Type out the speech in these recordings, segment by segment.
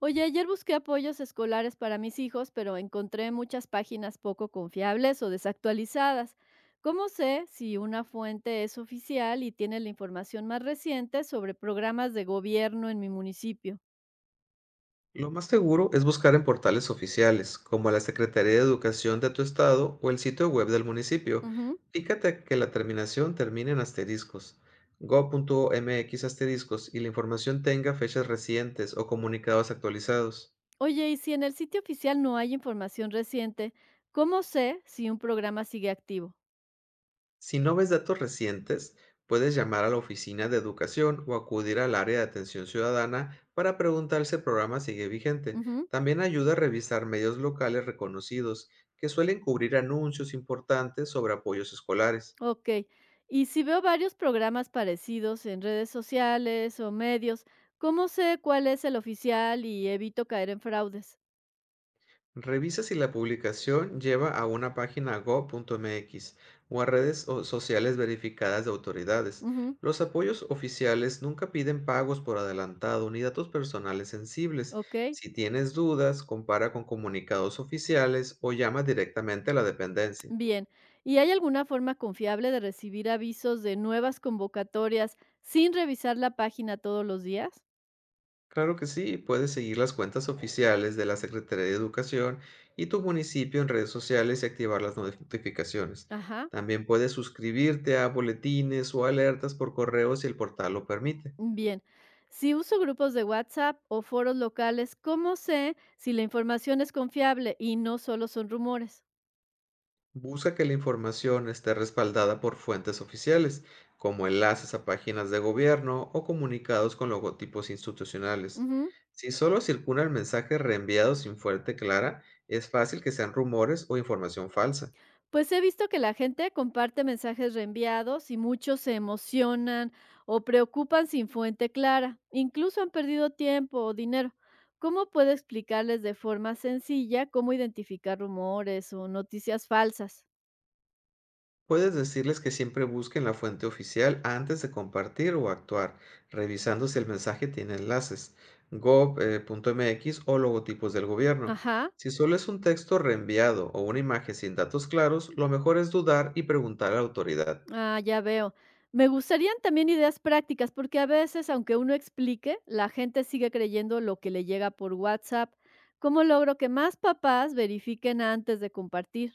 Oye, ayer busqué apoyos escolares para mis hijos, pero encontré muchas páginas poco confiables o desactualizadas. ¿Cómo sé si una fuente es oficial y tiene la información más reciente sobre programas de gobierno en mi municipio? Lo más seguro es buscar en portales oficiales, como la Secretaría de Educación de tu estado o el sitio web del municipio. Ujú. Fíjate que la terminación termine en asteriscos, go.mx asteriscos, y la información tenga fechas recientes o comunicados actualizados. Oye, y si en el sitio oficial no hay información reciente, ¿cómo sé si un programa sigue activo? Si no ves datos recientes, puedes llamar a la oficina de educación o acudir al área de atención ciudadana para preguntar si el programa sigue vigente. Ujú. También ayuda a revisar medios locales reconocidos que suelen cubrir anuncios importantes sobre apoyos escolares. Ok. Y si veo varios programas parecidos en redes sociales o medios, ¿cómo sé cuál es el oficial y evito caer en fraudes? Revisa si la publicación lleva a una página go.mx o a redes sociales verificadas de autoridades. Ujú, Los apoyos oficiales nunca piden pagos por adelantado ni datos personales sensibles. okey, Si tienes dudas, compara con comunicados oficiales o llama directamente a la dependencia. bien. ¿Y hay alguna forma confiable de recibir avisos de nuevas convocatorias sin revisar la página todos los días? Claro que sí, puedes seguir las cuentas oficiales de la Secretaría de Educación y tu municipio en redes sociales y activar las notificaciones. Ajá, También puedes suscribirte a boletines o alertas por correo si el portal lo permite. bien. Si uso grupos de WhatsApp o foros locales, ¿cómo sé si la información es confiable y no solo son rumores? Busca que la información esté respaldada por fuentes oficiales, como enlaces a páginas de gobierno o comunicados con logotipos institucionales. Ujú. Si solo circula el mensaje reenviado sin fuente clara, es fácil que sean rumores o información falsa. Pues he visto que la gente comparte mensajes reenviados y muchos se emocionan o preocupan sin fuente clara. Incluso han perdido tiempo o dinero. ¿Cómo puedo explicarles de forma sencilla cómo identificar rumores o noticias falsas? Puedes decirles que siempre busquen la fuente oficial antes de compartir o actuar, revisando si el mensaje tiene enlaces, gov.mx o logotipos del gobierno. Ajá, Si solo es un texto reenviado o una imagen sin datos claros, lo mejor es dudar y preguntar a la autoridad. ah, ya veo. Me gustarían también ideas prácticas porque a veces, aunque uno explique, la gente sigue creyendo lo que le llega por WhatsApp. ¿Cómo logro que más papás verifiquen antes de compartir?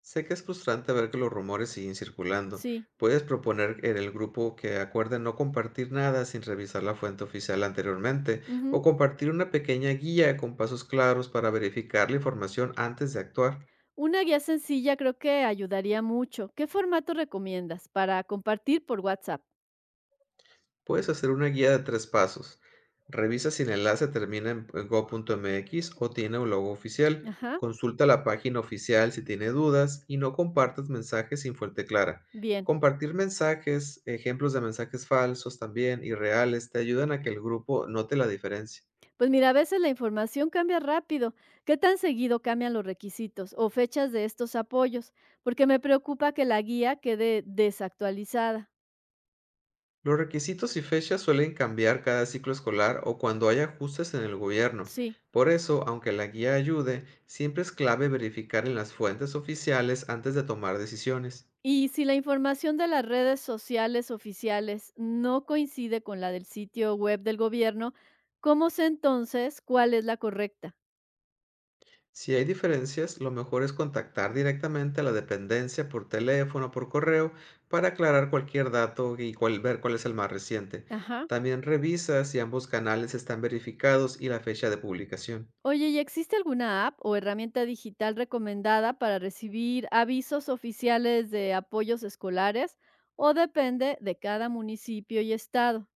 Sé que es frustrante ver que los rumores siguen circulando. Sí. Puedes proponer en el grupo que acuerden no compartir nada sin revisar la fuente oficial anteriormente, o Ujú. compartir una pequeña guía con pasos claros para verificar la información antes de actuar. Una guía sencilla creo que ayudaría mucho. ¿Qué formato recomiendas para compartir por WhatsApp? Puedes hacer una guía de tres pasos. Revisa si el enlace termina en go.mx o tiene un logo oficial. Ajá, Consulta la página oficial si tiene dudas y no compartas mensajes sin fuente clara. bien. Compartir mensajes, ejemplos de mensajes falsos también y reales, te ayudan a que el grupo note la diferencia. Pues mira, a veces la información cambia rápido. ¿Qué tan seguido cambian los requisitos o fechas de estos apoyos? Porque me preocupa que la guía quede desactualizada. Los requisitos y fechas suelen cambiar cada ciclo escolar o cuando hay ajustes en el gobierno. Sí. Por eso, aunque la guía ayude, siempre es clave verificar en las fuentes oficiales antes de tomar decisiones. Y si la información de las redes sociales oficiales no coincide con la del sitio web del gobierno, ¿cómo sé entonces cuál es la correcta? Si hay diferencias, lo mejor es contactar directamente a la dependencia por teléfono o por correo para aclarar cualquier dato y ver cuál es el más reciente. Ajá. También revisa si ambos canales están verificados y la fecha de publicación. Oye, ¿y existe alguna app o herramienta digital recomendada para recibir avisos oficiales de apoyos escolares o depende de cada municipio y estado?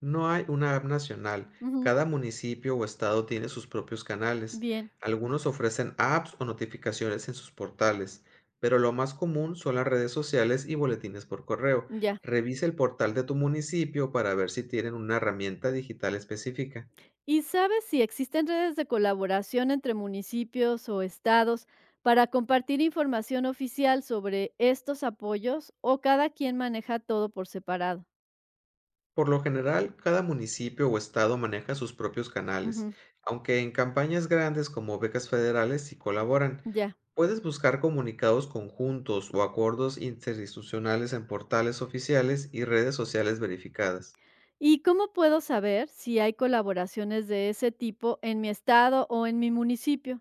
No hay una app nacional. Ujú, Cada municipio o estado tiene sus propios canales. bien, Algunos ofrecen apps o notificaciones en sus portales, pero lo más común son las redes sociales y boletines por correo. ya. Revisa el portal de tu municipio para ver si tienen una herramienta digital específica. ¿Y sabes si existen redes de colaboración entre municipios o estados para compartir información oficial sobre estos apoyos o cada quien maneja todo por separado? Por lo general, cada municipio o estado maneja sus propios canales, Ujú, aunque en campañas grandes como becas federales sí colaboran. ya. Puedes buscar comunicados conjuntos o acuerdos interinstitucionales en portales oficiales y redes sociales verificadas. ¿Y cómo puedo saber si hay colaboraciones de ese tipo en mi estado o en mi municipio?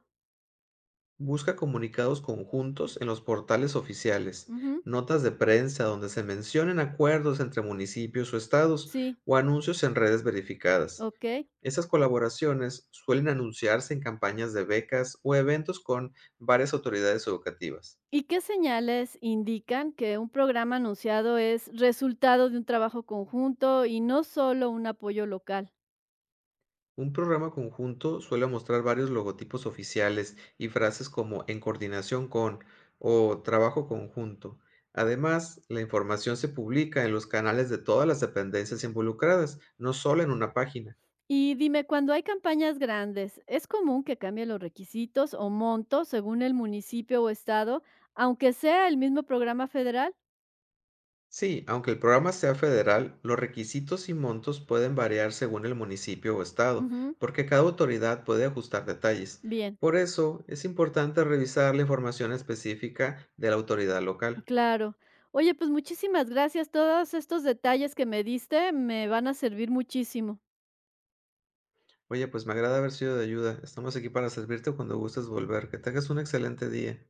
Busca comunicados conjuntos en los portales oficiales, Ujú, notas de prensa donde se mencionen acuerdos entre municipios o estados, sí, o anuncios en redes verificadas. ok. Esas colaboraciones suelen anunciarse en campañas de becas o eventos con varias autoridades educativas. ¿Y qué señales indican que un programa anunciado es resultado de un trabajo conjunto y no solo un apoyo local? Un programa conjunto suele mostrar varios logotipos oficiales y frases como "en coordinación con" o "trabajo conjunto". Además, la información se publica en los canales de todas las dependencias involucradas, no solo en una página. Y dime, cuando hay campañas grandes, ¿es común que cambien los requisitos o montos según el municipio o estado, aunque sea el mismo programa federal? Sí, aunque el programa sea federal, los requisitos y montos pueden variar según el municipio o estado, Ujú, porque cada autoridad puede ajustar detalles. bien. Por eso, es importante revisar la información específica de la autoridad local. Claro. Oye, pues muchísimas gracias. Todos estos detalles que me diste me van a servir muchísimo. Oye, pues me agrada haber sido de ayuda. Estamos aquí para servirte cuando gustes volver. Que tengas un excelente día.